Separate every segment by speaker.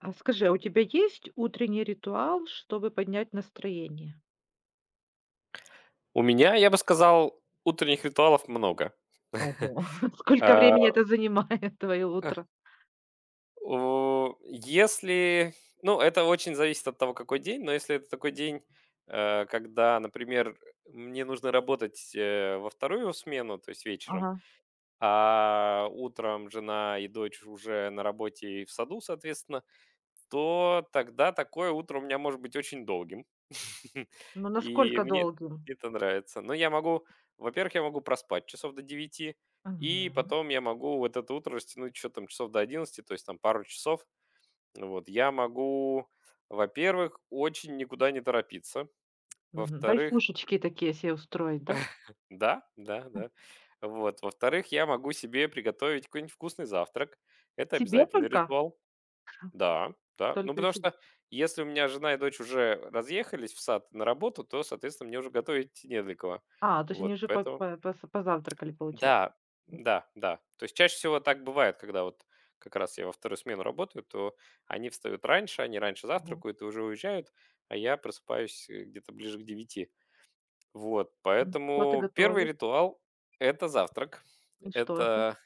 Speaker 1: А скажи, а у тебя есть утренний ритуал, чтобы поднять настроение?
Speaker 2: У меня, я бы сказал, утренних ритуалов много.
Speaker 1: Ого. Сколько времени
Speaker 2: Э,
Speaker 1: это занимает твое утро?
Speaker 2: у если, ну, это очень зависит от того, какой день, но если это такой день, когда, например, мне нужно работать, во вторую смену, то есть вечером,
Speaker 1: Ага.
Speaker 2: а утром жена и дочь уже на работе и в саду, соответственно, то тогда такое утро у меня может быть очень долгим.
Speaker 1: Ну,
Speaker 2: И
Speaker 1: насколько
Speaker 2: мне
Speaker 1: долгим?
Speaker 2: это нравится. Но я могу, во-первых, я могу проспать часов до 9 и
Speaker 1: Мгм.
Speaker 2: потом я могу вот это утро растянуть, что там, часов до 11, то есть там пару часов. Вот, я могу, во-первых, очень никуда не торопиться.
Speaker 1: Мгм.
Speaker 2: Во-вторых,
Speaker 1: Кайфушечки такие себе устроить, да?
Speaker 2: да, да, да. Вот, во-вторых, я могу себе приготовить какой-нибудь вкусный завтрак. Это
Speaker 1: Себе
Speaker 2: обязательный
Speaker 1: только?
Speaker 2: ритуал. Да, да. Ну,
Speaker 1: Только
Speaker 2: потому
Speaker 1: себе.
Speaker 2: что если у меня жена и дочь уже разъехались в сад на работу, то, соответственно, мне уже готовить не для кого.
Speaker 1: А, то есть
Speaker 2: Вот,
Speaker 1: они уже
Speaker 2: поэтому...
Speaker 1: позавтракали, получается.
Speaker 2: Да, да, да. То есть чаще всего так бывает, когда вот как раз я во вторую смену работаю, то они встают раньше, они раньше
Speaker 1: Мгм.
Speaker 2: завтракают и уже уезжают, а я просыпаюсь где-то ближе к 9. Вот,
Speaker 1: Мгм. Что ты
Speaker 2: поэтому первый
Speaker 1: готовишь?
Speaker 2: ритуал– это завтрак.
Speaker 1: И что это?
Speaker 2: Это...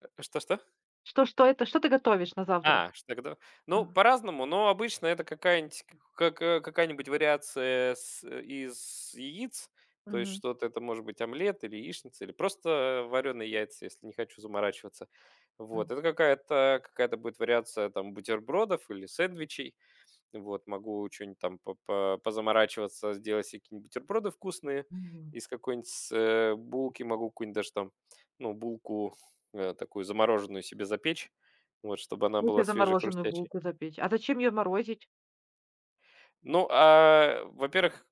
Speaker 2: Что-что?
Speaker 1: Что это? Что ты готовишь на завтрак?
Speaker 2: А, что тогда? Ну,
Speaker 1: Ага.
Speaker 2: по-разному, но обычно это какая-нибудь ка ка какая-нибудь вариация из яиц. То есть
Speaker 1: Мгм.
Speaker 2: что-то это может быть омлет или яичница, или просто вареные яйца, если не хочу заморачиваться.
Speaker 1: М.
Speaker 2: Вот, это какая-то будет вариация там бутербродов или сэндвичей. Вот, могу чё-нибудь там по позаморачиваться, сделать себе какие-нибудь бутерброды вкусные
Speaker 1: Мгм.
Speaker 2: из какой-нибудь булки. Могу какую-нибудь даже там, ну, булку, такую замороженную себе запечь, вот, чтобы
Speaker 1: В
Speaker 2: она
Speaker 1: смысле
Speaker 2: была свежей,
Speaker 1: замороженную
Speaker 2: хрустящей.
Speaker 1: булку запечь? А зачем ее морозить?
Speaker 2: Ну, во-первых,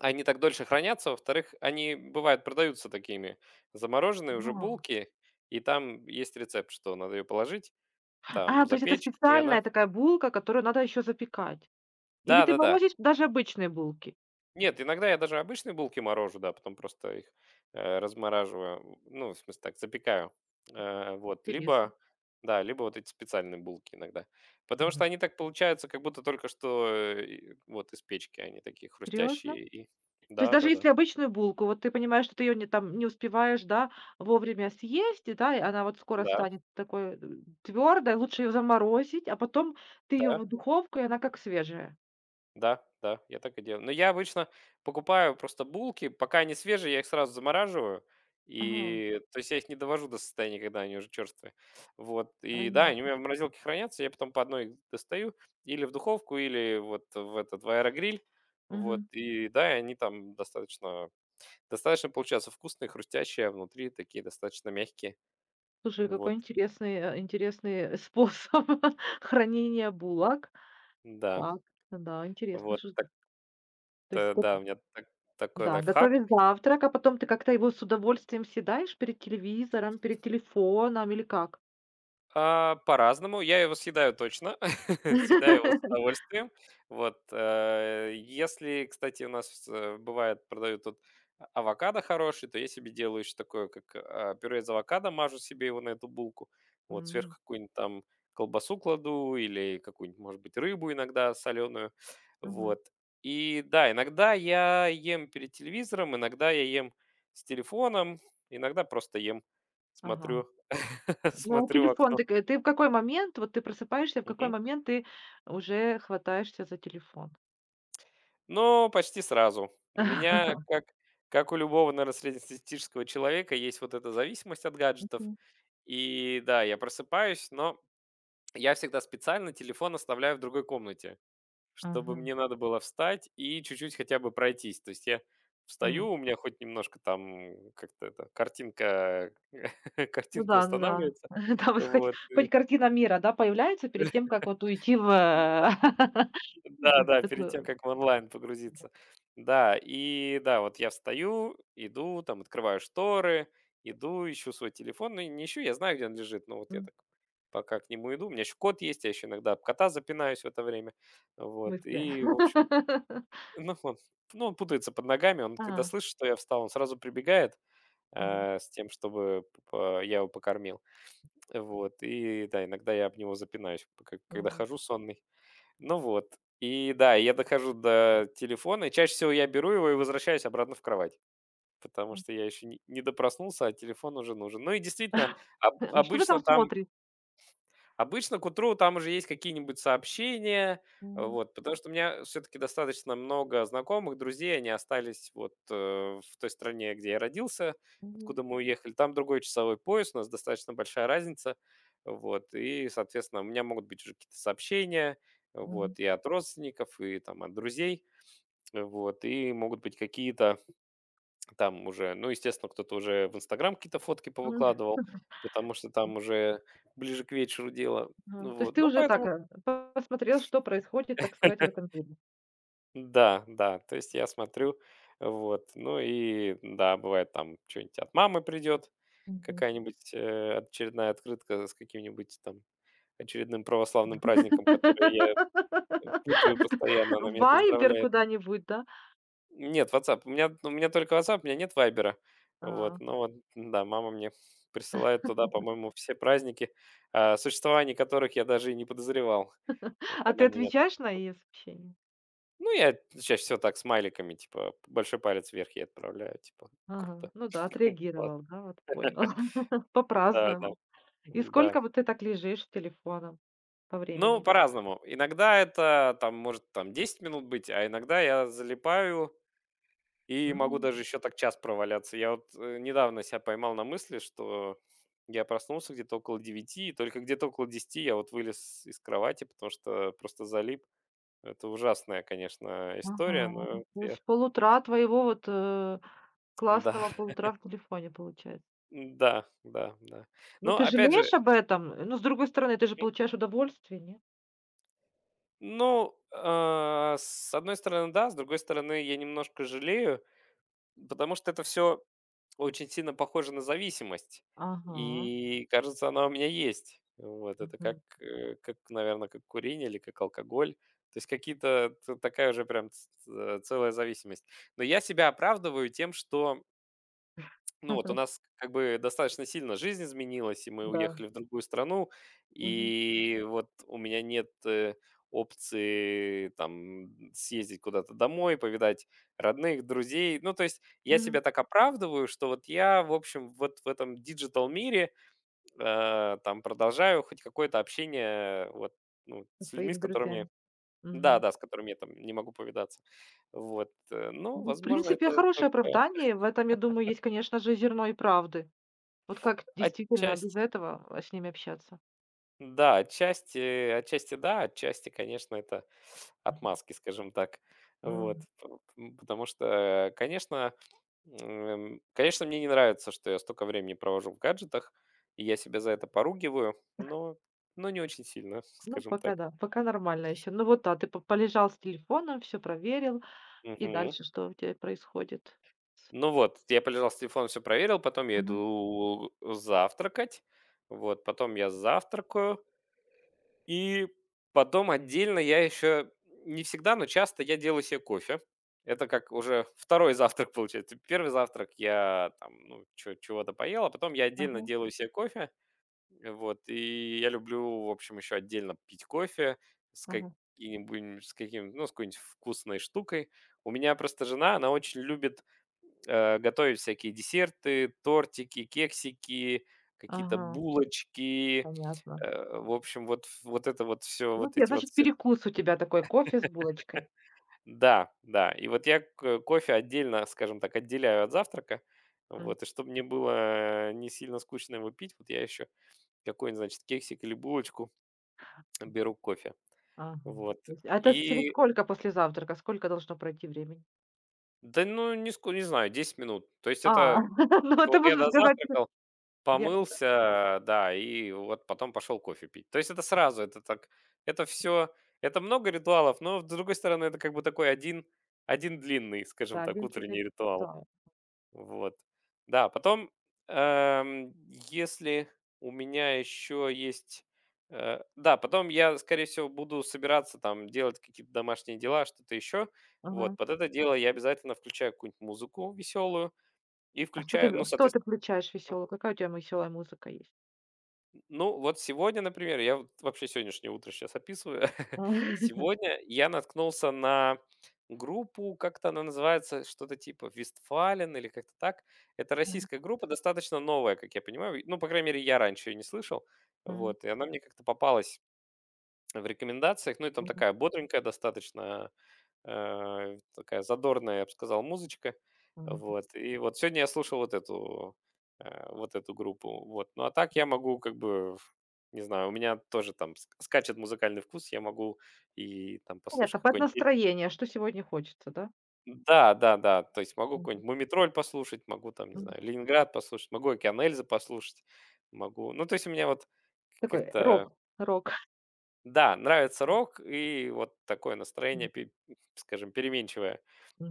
Speaker 2: они так дольше хранятся. Во-вторых, они, бывают, продаются такими, замороженные уже булки, и там есть рецепт, что надо ее положить,
Speaker 1: А,
Speaker 2: там
Speaker 1: то есть это
Speaker 2: запечь, и
Speaker 1: специальная
Speaker 2: она...
Speaker 1: такая булка, которую надо еще запекать? Или ты
Speaker 2: Да-да-да.
Speaker 1: морозишь даже обычные булки?
Speaker 2: Нет, иногда я даже обычные булки морожу, да, потом просто их размораживаю, ну, в смысле так, запекаю. Вот,
Speaker 1: Интересно.
Speaker 2: либо, да, либо вот эти специальные булки иногда. Потому что
Speaker 1: Мгм.
Speaker 2: они так получаются, как будто только что и вот из печки, они такие
Speaker 1: Серьезно?
Speaker 2: хрустящие и...
Speaker 1: То есть
Speaker 2: Да,
Speaker 1: даже
Speaker 2: да, да.
Speaker 1: если обычную булку, вот ты понимаешь, что ты ее не, там, не успеваешь, да, вовремя съесть, и, да, и она вот скоро
Speaker 2: Да,
Speaker 1: станет такой твердой, лучше ее заморозить, а потом ты ее в
Speaker 2: да.
Speaker 1: духовку, и она как свежая.
Speaker 2: Да, да, я так и делаю. Но я обычно покупаю просто булки, пока они свежие, я их сразу замораживаю.
Speaker 1: Ага,
Speaker 2: И, то есть, я их не довожу до состояния, когда они уже черствые. Вот. И да, они у
Speaker 1: понятно.
Speaker 2: меня в морозилке хранятся, я потом по одной их достаю или в духовку, или вот в аэрогриль. Вот.
Speaker 1: Мгм.
Speaker 2: И да, и они там достаточно получаются вкусные, хрустящие, а внутри такие достаточно мягкие.
Speaker 1: Слушай,
Speaker 2: Вот.
Speaker 1: какой интересный способ хранения булок.
Speaker 2: Да.
Speaker 1: Так, да, интересно.
Speaker 2: Вот. Так,
Speaker 1: То есть,
Speaker 2: да, у меня такой
Speaker 1: да,
Speaker 2: лайфхак.
Speaker 1: готовить завтрак, а потом ты как-то его с удовольствием съедаешь перед телевизором, перед телефоном или как?
Speaker 2: А, по-разному. Я его съедаю точно, съедаю его с удовольствием. Вот, если, кстати, у нас, бывает, продают тут авокадо хороший, то я себе делаю еще такое, как, пюре из авокадо, мажу себе его на эту булку. Вот, сверху
Speaker 1: М,
Speaker 2: какую-нибудь там колбасу кладу или какую-нибудь, может быть, рыбу иногда соленую.
Speaker 1: мгм.
Speaker 2: Вот. И да, иногда я ем перед телевизором, иногда я ем с телефоном, иногда просто ем,
Speaker 1: Ага.
Speaker 2: смотрю
Speaker 1: Ну, а
Speaker 2: смотрю в
Speaker 1: телефон
Speaker 2: окно.
Speaker 1: ты в какой момент, вот ты просыпаешься, в какой
Speaker 2: Мгм.
Speaker 1: момент ты уже хватаешься за телефон?
Speaker 2: Ну, почти сразу. У меня, как у любого, наверное, среднестатистического человека, есть вот эта зависимость от гаджетов.
Speaker 1: Мгм.
Speaker 2: И да, я просыпаюсь, но я всегда специально телефон оставляю в другой комнате, чтобы
Speaker 1: Мгм.
Speaker 2: мне надо было встать и чуть-чуть хотя бы пройтись. То есть я
Speaker 1: Мгм.
Speaker 2: встаю, у меня хоть немножко там как-то это, картинка,
Speaker 1: Ну
Speaker 2: картинка
Speaker 1: да, ну да.
Speaker 2: устанавливается.
Speaker 1: Да, вот хоть
Speaker 2: Вот.
Speaker 1: хоть картина мира, да, появляется перед тем, как вот уйти в,
Speaker 2: э,
Speaker 1: в
Speaker 2: Да-да, перед тем,
Speaker 1: такую,
Speaker 2: как в онлайн погрузиться. Да, и да, вот я встаю, иду, там открываю шторы, иду, ищу свой телефон. Ну, не ищу, я знаю, где он лежит, но вот я
Speaker 1: м,
Speaker 2: так пока к нему иду. У меня еще кот есть, я еще иногда об кота запинаюсь в это время. Вот,
Speaker 1: мысли.
Speaker 2: и, в общем, ну, он, ну, он путается под ногами. Он, когда
Speaker 1: А,
Speaker 2: слышит, что я встал, он сразу прибегает
Speaker 1: ага.
Speaker 2: с тем, чтобы я его покормил. Вот, и да, иногда я об него запинаюсь, когда
Speaker 1: Мгм.
Speaker 2: хожу сонный. Ну вот. И да, я дохожу до телефона, и чаще всего я беру его и возвращаюсь обратно в кровать, потому что я еще не допроснулся, а телефон уже нужен. Ну и действительно, об-
Speaker 1: Что ты
Speaker 2: обычно
Speaker 1: там
Speaker 2: там
Speaker 1: смотришь?
Speaker 2: обычно к утру там уже есть какие-нибудь сообщения,
Speaker 1: Мгм,
Speaker 2: вот, потому что у меня все-таки достаточно много знакомых, друзей, они остались вот в той стране, где я родился,
Speaker 1: мгм,
Speaker 2: откуда мы уехали. Там другой часовой пояс, у нас достаточно большая разница, вот, и, соответственно, у меня могут быть уже какие-то сообщения,
Speaker 1: мгм.
Speaker 2: вот, и от родственников, и там от друзей, вот, и могут быть какие-то там уже, ну, естественно, кто-то уже в "Инстаграм" какие-то фотки
Speaker 1: Ну,
Speaker 2: повыкладывал, потому что там
Speaker 1: М,
Speaker 2: уже ближе к вечеру дело.
Speaker 1: мгм.
Speaker 2: Ну
Speaker 1: То есть
Speaker 2: вот,
Speaker 1: ты
Speaker 2: ну,
Speaker 1: уже так,
Speaker 2: поэтому
Speaker 1: посмотрел, что происходит, так сказать, в этом мире.
Speaker 2: да, да, то есть я смотрю, вот. Ну и да, бывает, там что нибудь от мамы придет,
Speaker 1: Мгм.
Speaker 2: какая-нибудь, очередная открытка с каким-нибудь там очередным православным праздником, который я путаю
Speaker 1: Это
Speaker 2: постоянно. Она меня
Speaker 1: «Вайбер»
Speaker 2: поздравляет.
Speaker 1: куда-нибудь, да?
Speaker 2: Нет, WhatsApp. У меня только WhatsApp. У меня нет "Вайбера". Вот,
Speaker 1: А,
Speaker 2: ну вот, да, мама мне присылает туда, по-моему, все праздники, о существовании которых я даже и не подозревал. Вот
Speaker 1: а ты
Speaker 2: она меня там
Speaker 1: отвечаешь на ее сообщения?
Speaker 2: Ну, я чаще всего так, смайликами, типа, большой палец вверх я отправляю, типа:
Speaker 1: Ага,
Speaker 2: "Круто,
Speaker 1: ну да,
Speaker 2: классно".
Speaker 1: отреагировал, да, вот понял.
Speaker 2: Да, да,
Speaker 1: Попраздновал. И
Speaker 2: да.
Speaker 1: сколько вот ты так лежишь с телефоном по
Speaker 2: Ну,
Speaker 1: времени?
Speaker 2: по-разному. Иногда это, там, может, там 10 минут быть, а иногда я залипаю. И могу
Speaker 1: М.
Speaker 2: даже еще так час проваляться. Я вот недавно себя поймал на мысли, что я проснулся где-то около 9, и только где-то около 10 я вот вылез из кровати, потому что просто залип. Это ужасная, конечно, история,
Speaker 1: Ага, то есть полутра твоего вот,
Speaker 2: да,
Speaker 1: классного полутра в телефоне получается.
Speaker 2: да, да, да.
Speaker 1: Ну,
Speaker 2: Но
Speaker 1: ты
Speaker 2: опять же,
Speaker 1: жалеешь об этом? Но, с другой стороны, ты же получаешь удовольствие, нет?
Speaker 2: ну, с одной стороны, да, с другой стороны, я немножко жалею. Потому что это все очень сильно похоже на зависимость.
Speaker 1: Ага.
Speaker 2: И, кажется, она у меня есть. Вот, это как,
Speaker 1: Мгм.
Speaker 2: э, как, наверное, как курение или как алкоголь. То есть какие-то т такая уже прям ц ц целая зависимость. Но я себя оправдываю тем, что ну вот у нас как бы достаточно сильно жизнь изменилась, и мы
Speaker 1: Да.
Speaker 2: уехали в другую страну,
Speaker 1: Мгм.
Speaker 2: и вот у меня нет опции там съездить куда-то домой, повидать родных, друзей. Ну, то есть я
Speaker 1: Мгм.
Speaker 2: себя так оправдываю, что вот я, в общем, вот в этом диджитал мире там продолжаю хоть какое-то общение вот ну,
Speaker 1: Со
Speaker 2: с людьми, с
Speaker 1: своими
Speaker 2: которыми,
Speaker 1: друзьями.
Speaker 2: да,
Speaker 1: Мгм.
Speaker 2: да, с которыми я там не могу повидаться. Вот, ну,
Speaker 1: Ну, в
Speaker 2: возможно,
Speaker 1: принципе,
Speaker 2: это
Speaker 1: хорошее
Speaker 2: только
Speaker 1: оправдание. В этом, я думаю, есть, конечно же, зерно и правды. Вот как действительно без
Speaker 2: отчасти.
Speaker 1: этого, с ними общаться?
Speaker 2: Да, отчасти, отчасти да, отчасти, конечно, это отмазки, скажем так. Вот.
Speaker 1: Мгм.
Speaker 2: п- м, Потому что, конечно, конечно, мне не нравится, что я столько времени провожу в гаджетах, и я себя за это поругиваю, но, не очень сильно,
Speaker 1: Ну,
Speaker 2: скажем так.
Speaker 1: пока да, пока нормально еще. Ну вот да, ты по полежал с телефоном, все проверил, и
Speaker 2: Мгм.
Speaker 1: дальше что у тебя происходит?
Speaker 2: Ну вот, я полежал с телефоном, все проверил, потом я
Speaker 1: Ага,
Speaker 2: иду завтракать, вот, потом я завтракаю, и потом отдельно я еще не всегда, но часто я делаю себе кофе. Это как уже второй завтрак получается. Первый завтрак я там, ну, чего-то поел, а потом я отдельно
Speaker 1: ага,
Speaker 2: делаю себе кофе. Вот, и я люблю, в общем, еще отдельно пить кофе с
Speaker 1: ага.
Speaker 2: каким-нибудь, с каким, ну, с какой-нибудь вкусной штукой. У меня просто жена, она очень любит готовить всякие десерты, тортики, кексики, какие-то
Speaker 1: Ага,
Speaker 2: булочки.
Speaker 1: понятно.
Speaker 2: В общем, вот, вот это вот все,
Speaker 1: Ну,
Speaker 2: вот
Speaker 1: я,
Speaker 2: эти вот
Speaker 1: значит,
Speaker 2: все.
Speaker 1: перекус у тебя такой, кофе с булочкой.
Speaker 2: Да, да. И вот я кофе отдельно, скажем так, отделяю от завтрака.
Speaker 1: М,
Speaker 2: Вот, и чтобы мне было не сильно скучно его пить, вот я еще какой-нибудь, значит, кексик или булочку беру к кофе.
Speaker 1: ага.
Speaker 2: Вот.
Speaker 1: То есть а это через
Speaker 2: И,
Speaker 1: сколько после завтрака? Сколько должно пройти времени?
Speaker 2: да ну, не знаю, 10 минут. То есть
Speaker 1: А,
Speaker 2: это,
Speaker 1: ну,
Speaker 2: типа,
Speaker 1: это
Speaker 2: вот я
Speaker 1: можно сказать,
Speaker 2: дозавтракал,
Speaker 1: я
Speaker 2: помылся, да, и вот потом пошел кофе пить. То есть это сразу, это так, это все, это много ритуалов, но с другой стороны это как бы такой один длинный, скажем
Speaker 1: да,
Speaker 2: так,
Speaker 1: один чайник
Speaker 2: утренний ритуал.
Speaker 1: чаю.
Speaker 2: Вот. Да, потом, эм, если у меня еще есть, да, потом я, скорее всего, буду собираться там делать какие-то домашние дела, что-то еще. Вот,
Speaker 1: Ага.
Speaker 2: под это дело я обязательно включаю какую-нибудь музыку веселую и
Speaker 1: А что ты
Speaker 2: включаю, ну,
Speaker 1: что ты
Speaker 2: соответственно...
Speaker 1: включаешь весёлую? Какая у тебя веселая музыка есть?
Speaker 2: Ну, вот сегодня, например, я вот вообще сегодняшнее утро сейчас описываю.
Speaker 1: А.
Speaker 2: Сегодня я наткнулся на группу, как-то она называется, что-то типа Вестфален или как-то так. Это
Speaker 1: Мгм,
Speaker 2: российская группа, достаточно новая, как я понимаю. Ну, по крайней мере, я раньше ее не слышал.
Speaker 1: мгм,
Speaker 2: Вот, и она мне как-то попалась в рекомендациях. Ну, и там
Speaker 1: мгм,
Speaker 2: такая бодренькая достаточно, такая задорная, я бы сказал, музычка.
Speaker 1: мгм.
Speaker 2: Вот. И вот сегодня я слушал вот эту группу. Вот. Ну а так я могу как бы, не знаю, у меня тоже там скачет музыкальный вкус, я могу и там послушать
Speaker 1: Понятно, под
Speaker 2: какой-нибудь...
Speaker 1: настроение, что сегодня хочется, да?
Speaker 2: Да, да, да. То есть могу
Speaker 1: Мгм,
Speaker 2: какой-нибудь Мумитроль послушать, могу там, не
Speaker 1: мгм.
Speaker 2: знаю, Ленинград послушать, могу Океан Эльзы послушать, могу... Ну то есть у меня вот
Speaker 1: Такой
Speaker 2: как-то.
Speaker 1: рок.
Speaker 2: Да, нравится рок и вот такое настроение,
Speaker 1: М,
Speaker 2: скажем, переменчивое.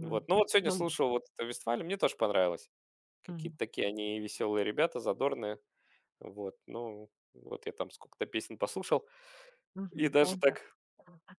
Speaker 2: Вот. Ну вот сегодня
Speaker 1: Ну,
Speaker 2: слушал вот это Вестфалию, мне тоже понравилось. Какие-то
Speaker 1: м,
Speaker 2: такие они веселые ребята, задорные. Вот, ну, вот я там сколько-то песен послушал и
Speaker 1: мгм,
Speaker 2: даже
Speaker 1: понятно.
Speaker 2: так,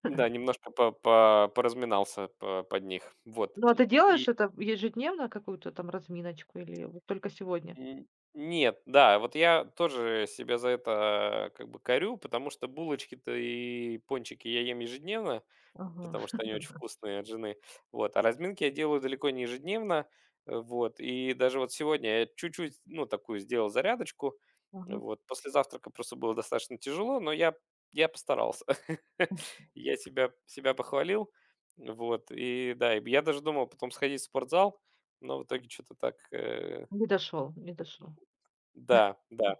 Speaker 2: да, немножко поразминался под них. Вот.
Speaker 1: Ну, а
Speaker 2: И,
Speaker 1: ты делаешь это ежедневно, какую-то там разминочку или вот только сегодня?
Speaker 2: н- нет, да, вот я тоже себя за это как бы корю, потому что булочки-то и пончики я ем ежедневно,
Speaker 1: Ага,
Speaker 2: потому что они очень вкусные от жены. Вот. А разминки я делаю далеко не ежедневно. Вот. И даже вот сегодня я чуть-чуть, ну, такую сделал зарядочку.
Speaker 1: ага.
Speaker 2: Вот. После завтрака просто было достаточно тяжело, но я постарался. Я себя похвалил. Вот. И да, и я даже думал потом сходить в спортзал, но в итоге что-то так.
Speaker 1: Не дошел, не дошел.
Speaker 2: Да, да.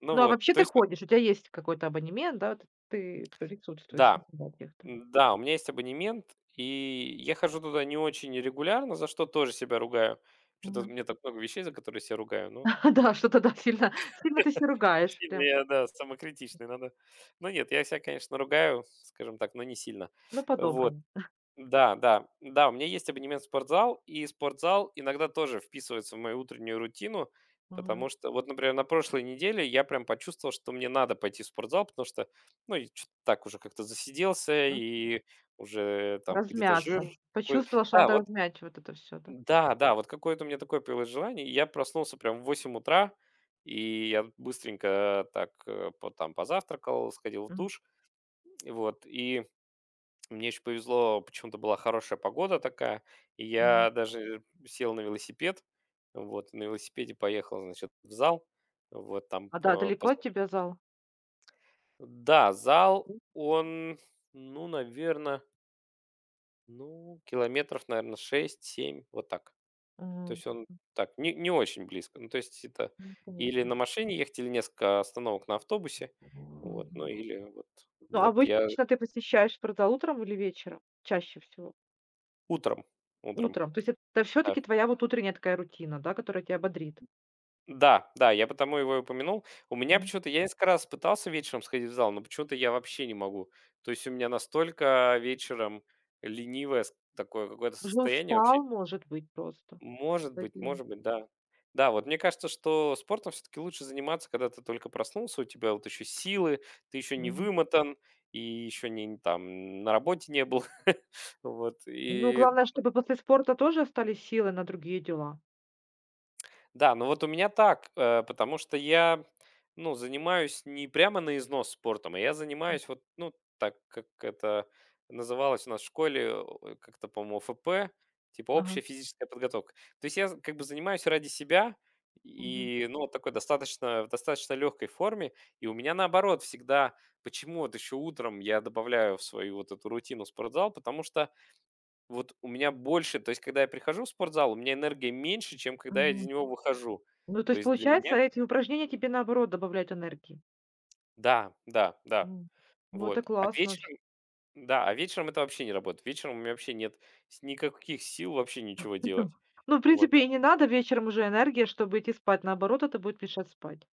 Speaker 2: Ну
Speaker 1: Ну, а
Speaker 2: вот.
Speaker 1: вообще
Speaker 2: То
Speaker 1: ты
Speaker 2: есть, вот,
Speaker 1: ходишь, у тебя есть какой-то абонемент, да, вот ты присутствуешь
Speaker 2: да,
Speaker 1: на занятиях-то.
Speaker 2: м-да, у меня есть абонемент, и я хожу туда не очень регулярно, за что тоже себя ругаю. Что то
Speaker 1: Мгм.
Speaker 2: мне так много вещей, за которые себя ругаю. Ну,
Speaker 1: Да, что-то, да, сильно сильно ты се ругаешь
Speaker 2: сильно
Speaker 1: прям,
Speaker 2: я, да, самокритичный, надо. Ну нет, я себя, конечно, ругаю, скажем так, но не сильно.
Speaker 1: но
Speaker 2: Вот.
Speaker 1: по-доброму.
Speaker 2: Да, да, да, у меня есть абонемент в спортзал, и спортзал иногда тоже вписывается в мою утреннюю рутину,
Speaker 1: Мгм.
Speaker 2: потому что вот, например, на прошлой неделе я прям почувствовал, что мне надо пойти в спортзал, потому что, ну, и чё-то так уже как-то засиделся,
Speaker 1: М.
Speaker 2: и уже там где-то жир
Speaker 1: Размяться.
Speaker 2: какой-то.
Speaker 1: Почувствовала, что
Speaker 2: Да,
Speaker 1: надо
Speaker 2: вот,
Speaker 1: размять вот это все, да?
Speaker 2: да, да, вот какое-то у меня такое появилось желание, и я проснулся прям в 8 утра, и я быстренько так там позавтракал, сходил в
Speaker 1: Мгм,
Speaker 2: душ, вот, и мне еще повезло, почему-то была хорошая погода такая, и
Speaker 1: мгм.
Speaker 2: я даже сел на велосипед, вот, на велосипеде поехал, значит, в зал, вот, там,
Speaker 1: А, да, далеко от тебя зал?
Speaker 2: да, зал,
Speaker 1: Мгм.
Speaker 2: он, ну, наверное, ну, километров, наверное, 6-7, вот так, то есть он так, не очень близко, ну, то есть это
Speaker 1: М,
Speaker 2: или на
Speaker 1: понятно.
Speaker 2: машине ехать, или несколько остановок на автобусе, вот, ну,
Speaker 1: Мгм.
Speaker 2: или вот,
Speaker 1: Ну,
Speaker 2: вот я
Speaker 1: обычно ты посещаешь спортзал утром или вечером? Чаще всего?
Speaker 2: утром, утром,
Speaker 1: Утром. То есть это все
Speaker 2: да.
Speaker 1: таки твоя вот утренняя такая рутина, да, которая тебя бодрит.
Speaker 2: Да, да, я потому его и упомянул. У меня
Speaker 1: Мгм.
Speaker 2: почему-то я несколько раз пытался вечером сходить в зал, но почему-то я вообще не могу. То есть у меня настолько вечером ленивое такое какое-то
Speaker 1: Уже
Speaker 2: состояние вообще.
Speaker 1: устал, может быть, просто за день.
Speaker 2: Может быть, да. Да, вот мне кажется, что спортом все-таки лучше заниматься, когда ты только проснулся, у тебя вот еще силы, ты еще не
Speaker 1: Мгм.
Speaker 2: вымотан, и еще не там на работе не был. Вот.
Speaker 1: Ну,
Speaker 2: И
Speaker 1: главное, чтобы после спорта тоже остались силы на другие дела.
Speaker 2: да, ну вот у меня так, потому что я, ну, занимаюсь не прямо на износ спортом, а я занимаюсь вот, ну, так, как это называлось у нас в школе, как-то, по-моему, ФП, типа общая
Speaker 1: Ага.
Speaker 2: физическая подготовка. То есть я как бы занимаюсь ради себя
Speaker 1: Мгм.
Speaker 2: и, ну, вот такой достаточно, в достаточно легкой форме. И у меня наоборот всегда, почему вот еще утром я добавляю в свою вот эту рутину спортзал, потому что вот у меня больше, то есть когда я прихожу в спортзал, у меня энергии меньше, чем когда я из
Speaker 1: Мгм.
Speaker 2: него выхожу.
Speaker 1: Ну, то
Speaker 2: То
Speaker 1: есть,
Speaker 2: есть для
Speaker 1: получается,
Speaker 2: меня
Speaker 1: эти упражнения тебе, наоборот, добавляют энергии.
Speaker 2: да, да, да,
Speaker 1: М. Ну, это
Speaker 2: вот. А
Speaker 1: классно вообще.
Speaker 2: вечером, да, а вечером это вообще не работает. Вечером у меня вообще нет никаких сил вообще ничего делать.
Speaker 1: Ну, в
Speaker 2: Вот.
Speaker 1: принципе, и не надо вечером уже энергия, чтобы идти спать. Наоборот, это будет мешать спать.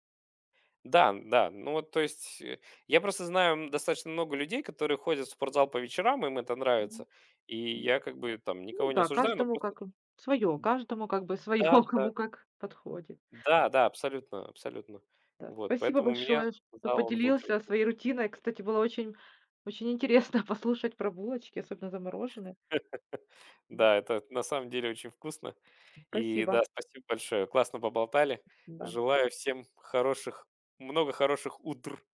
Speaker 2: Да, да, ну вот, то есть я просто знаю достаточно много людей, которые ходят в спортзал по вечерам, им это нравится. И
Speaker 1: Мгм.
Speaker 2: я как бы там
Speaker 1: Ну
Speaker 2: никого не
Speaker 1: да,
Speaker 2: осуждаю, но
Speaker 1: каждому
Speaker 2: просто
Speaker 1: как свое, каждому как бы свое,
Speaker 2: да, да,
Speaker 1: кому как подходит.
Speaker 2: да, да, абсолютно, абсолютно.
Speaker 1: Да.
Speaker 2: Вот,
Speaker 1: Спасибо
Speaker 2: поэтому у меня
Speaker 1: большое, что
Speaker 2: зал он в
Speaker 1: поделился
Speaker 2: утреннем.
Speaker 1: своей рутиной. Кстати, было очень, очень интересно послушать про булочки, особенно замороженные. Да.
Speaker 2: Да, это на самом деле очень вкусно. И да,
Speaker 1: Спасибо.
Speaker 2: спасибо большое. Классно поболтали.
Speaker 1: Да.
Speaker 2: Желаю всем хороших много хороших утр.